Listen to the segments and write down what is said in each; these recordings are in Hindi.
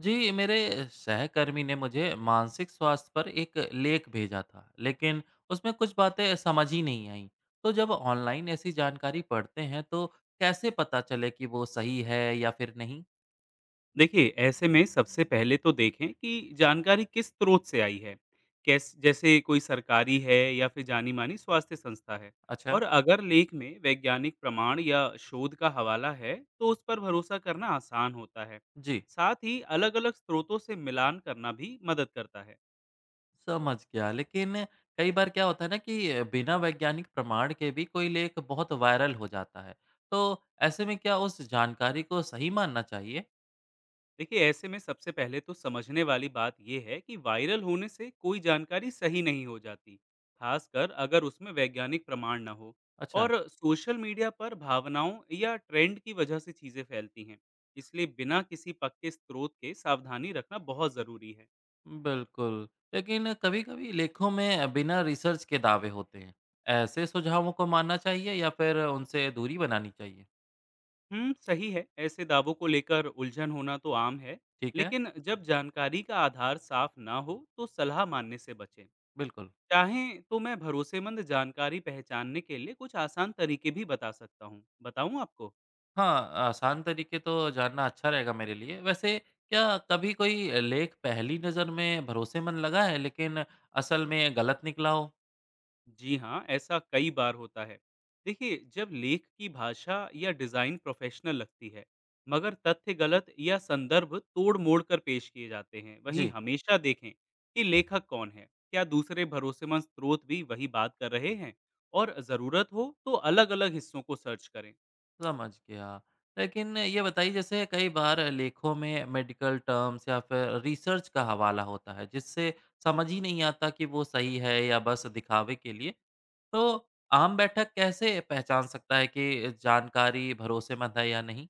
जी, मेरे सहकर्मी ने मुझे मानसिक स्वास्थ्य पर एक लेख भेजा था, लेकिन उसमें कुछ बातें समझ ही नहीं आईं। तो जब ऑनलाइन ऐसी जानकारी पढ़ते हैं, तो कैसे पता चले कि वो सही है या फिर नहीं? देखिए, ऐसे में सबसे पहले तो देखें कि जानकारी किस स्रोत से आई है। कैस जैसे कोई सरकारी है या फिर जानी मानी स्वास्थ्य संस्था है। और अच्छा। अगर लेख में वैज्ञानिक प्रमाण या शोध का हवाला है तो उस पर भरोसा करना आसान होता है। जी, साथ ही अलग अलग स्रोतों से मिलान करना भी मदद करता है। समझ गया। लेकिन कई बार क्या होता है ना कि बिना वैज्ञानिक प्रमाण के भी कोई लेख बहुत वायरल हो जाता है। तो ऐसे में क्या उस जानकारी को सही मानना चाहिए? देखिए, ऐसे में सबसे पहले तो समझने वाली बात यह है कि वायरल होने से कोई जानकारी सही नहीं हो जाती, खासकर अगर उसमें वैज्ञानिक प्रमाण न हो। अच्छा। और सोशल मीडिया पर भावनाओं या ट्रेंड की वजह से चीज़ें फैलती हैं। इसलिए बिना किसी पक्के स्रोत के सावधानी रखना बहुत ज़रूरी है। बिल्कुल, लेकिन कभी-कभी लेखों में बिना रिसर्च के दावे होते हैं। ऐसे सुझावों को मानना चाहिए या फिर उनसे दूरी बनानी चाहिए? सही है, ऐसे दावों को लेकर उलझन होना तो आम है। ठीक है, लेकिन जब जानकारी का आधार साफ ना हो तो सलाह मानने से बचें। बिल्कुल। चाहें तो मैं भरोसेमंद जानकारी पहचानने के लिए कुछ आसान तरीके भी बता सकता हूँ। बताऊँ आपको? हाँ, आसान तरीके तो जानना अच्छा रहेगा मेरे लिए। वैसे क्या कभी कोई लेख पहली नज़र में भरोसेमंद लगा है लेकिन असल में गलत निकला हो? जी हाँ, ऐसा कई बार होता है। देखिए, जब लेख की भाषा या डिज़ाइन प्रोफेशनल लगती है मगर तथ्य गलत या संदर्भ तोड़ मोड़ कर पेश किए जाते हैं। वहीं जी। हमेशा देखें कि लेखक कौन है, क्या दूसरे भरोसेमंद स्रोत भी वही बात कर रहे हैं। और ज़रूरत हो तो अलग अलग हिस्सों को सर्च करें। समझ गया। लेकिन ये बताइए जैसे कई बार लेखों में मेडिकल टर्म्स या फिर रिसर्च का हवाला होता है जिससे समझ ही नहीं आता कि वो सही है या बस दिखावे के लिए। तो आम बैठक कैसे पहचान सकता है कि जानकारी भरोसेमंद है या नहीं?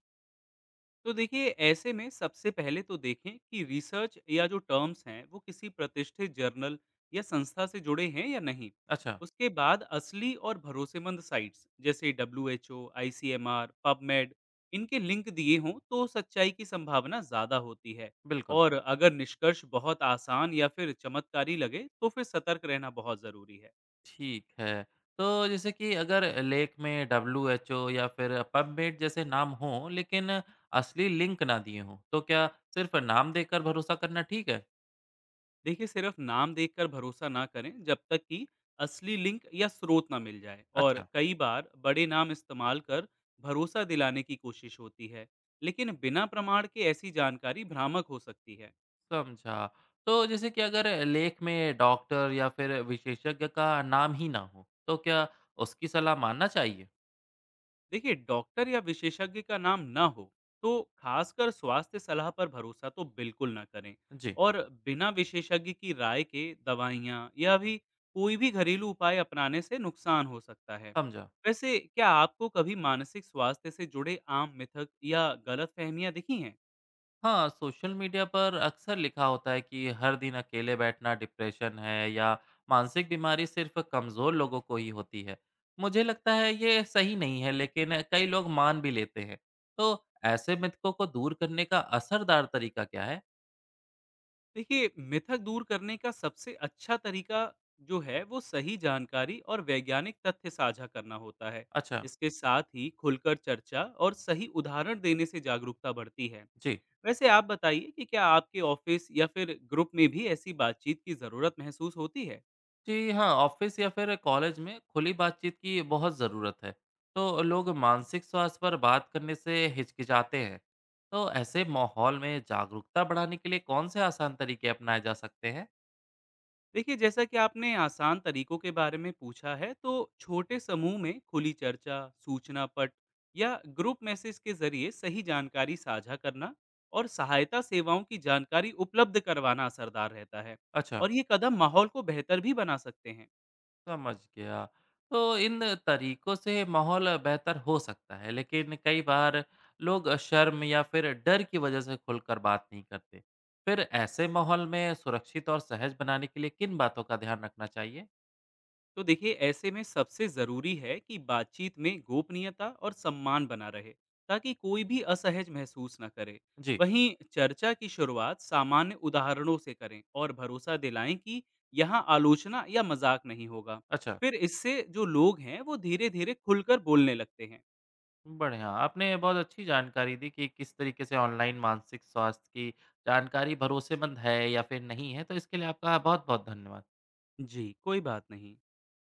तो देखिए, ऐसे में सबसे पहले तो देखें कि रिसर्च या जो टर्म्स हैं वो किसी प्रतिष्ठित जर्नल या संस्था से जुड़े हैं या नहीं। अच्छा। उसके बाद असली और भरोसेमंद साइट्स जैसे WHO, ICMR, पबमेड, इनके लिंक दिए हों तो सच्चाई की संभावना ज़्यादा होती है। बिल्कुल। और अगर निष्कर्ष बहुत आसान या फिर चमत्कारी लगे तो फिर सतर्क रहना बहुत ज़रूरी है। ठीक है। तो जैसे कि अगर लेख में डब्ल्यूएचओ या फिर पबमेड जैसे नाम हों लेकिन असली लिंक ना दिए हों, तो क्या सिर्फ नाम देखकर भरोसा करना ठीक है? देखिए, सिर्फ नाम देखकर भरोसा ना करें जब तक कि असली लिंक या स्रोत ना मिल जाए। और अच्छा। कई बार बड़े नाम इस्तेमाल कर भरोसा दिलाने की कोशिश होती है, लेकिन बिना प्रमाण के ऐसी जानकारी भ्रामक हो सकती है। समझा। तो जैसे कि अगर लेख में डॉक्टर या फिर विशेषज्ञ का नाम ही ना हो, तो क्या उसकी सलाह मानना चाहिए? देखिए, डॉक्टर या विशेषज्ञ का नाम ना हो तो खासकर स्वास्थ्य सलाह पर भरोसा तो बिल्कुल ना करें। जी, और बिना विशेषज्ञ की राय के दवाइयाँ या भी कोई भी घरेलू उपाय अपनाने से नुकसान हो सकता है। समझा। वैसे, क्या आपको कभी मानसिक स्वास्थ्य से जुड़े आम मिथक या गलत दिखी हैं? हाँ, सोशल मीडिया पर अक्सर लिखा होता है कि हर दिन अकेले बैठना डिप्रेशन है या मानसिक बीमारी सिर्फ कमज़ोर लोगों को ही होती है। मुझे लगता है ये सही नहीं है, लेकिन कई लोग मान भी लेते हैं। तो ऐसे मिथकों को दूर करने का असरदार तरीका क्या है? देखिए, मिथक दूर करने का सबसे अच्छा तरीका जो है वो सही जानकारी और वैज्ञानिक तथ्य साझा करना होता है। अच्छा। इसके साथ ही खुलकर चर्चा और सही उदाहरण देने से जागरूकता बढ़ती है। जी। वैसे आप बताइए कि क्या आपके ऑफिस या फिर ग्रुप में भी ऐसी बातचीत की जरूरत महसूस होती है? जी हाँ, ऑफिस या फिर कॉलेज में खुली बातचीत की बहुत ज़रूरत है। तो लोग मानसिक स्वास्थ्य पर बात करने से हिचकिचाते हैं। तो ऐसे माहौल में जागरूकता बढ़ाने के लिए कौन से आसान तरीके अपनाए जा सकते हैं? देखिए, जैसा कि आपने आसान तरीकों के बारे में पूछा है तो छोटे समूह में खुली चर्चा, सूचना पट, या ग्रुप मैसेज के जरिए सही जानकारी साझा करना और सहायता सेवाओं की जानकारी उपलब्ध करवाना असरदार रहता है। अच्छा। और ये कदम माहौल को बेहतर भी बना सकते हैं। समझ गया। तो इन तरीकों से माहौल बेहतर हो सकता है, लेकिन कई बार लोग शर्म या फिर डर की वजह से खुलकर बात नहीं करते। फिर ऐसे माहौल में सुरक्षित और सहज बनाने के लिए किन बातों का ध्यान रखना चाहिए? तो देखिए, ऐसे में सबसे जरूरी है कि बातचीत में गोपनीयता और सम्मान बना रहे ताकि कोई भी असहज महसूस न करे। जी। वहीं चर्चा की शुरुआत सामान्य उदाहरणों से करें और भरोसा दिलाएं कि यहाँ आलोचना या मजाक नहीं होगा। अच्छा। फिर इससे जो लोग हैं वो धीरे धीरे खुलकर बोलने लगते हैं। बढ़िया, आपने बहुत अच्छी जानकारी दी कि किस तरीके से ऑनलाइन मानसिक स्वास्थ्य की जानकारी भरोसेमंद है या फिर नहीं है, तो इसके लिए आपका बहुत-बहुत धन्यवाद। जी, कोई बात नहीं।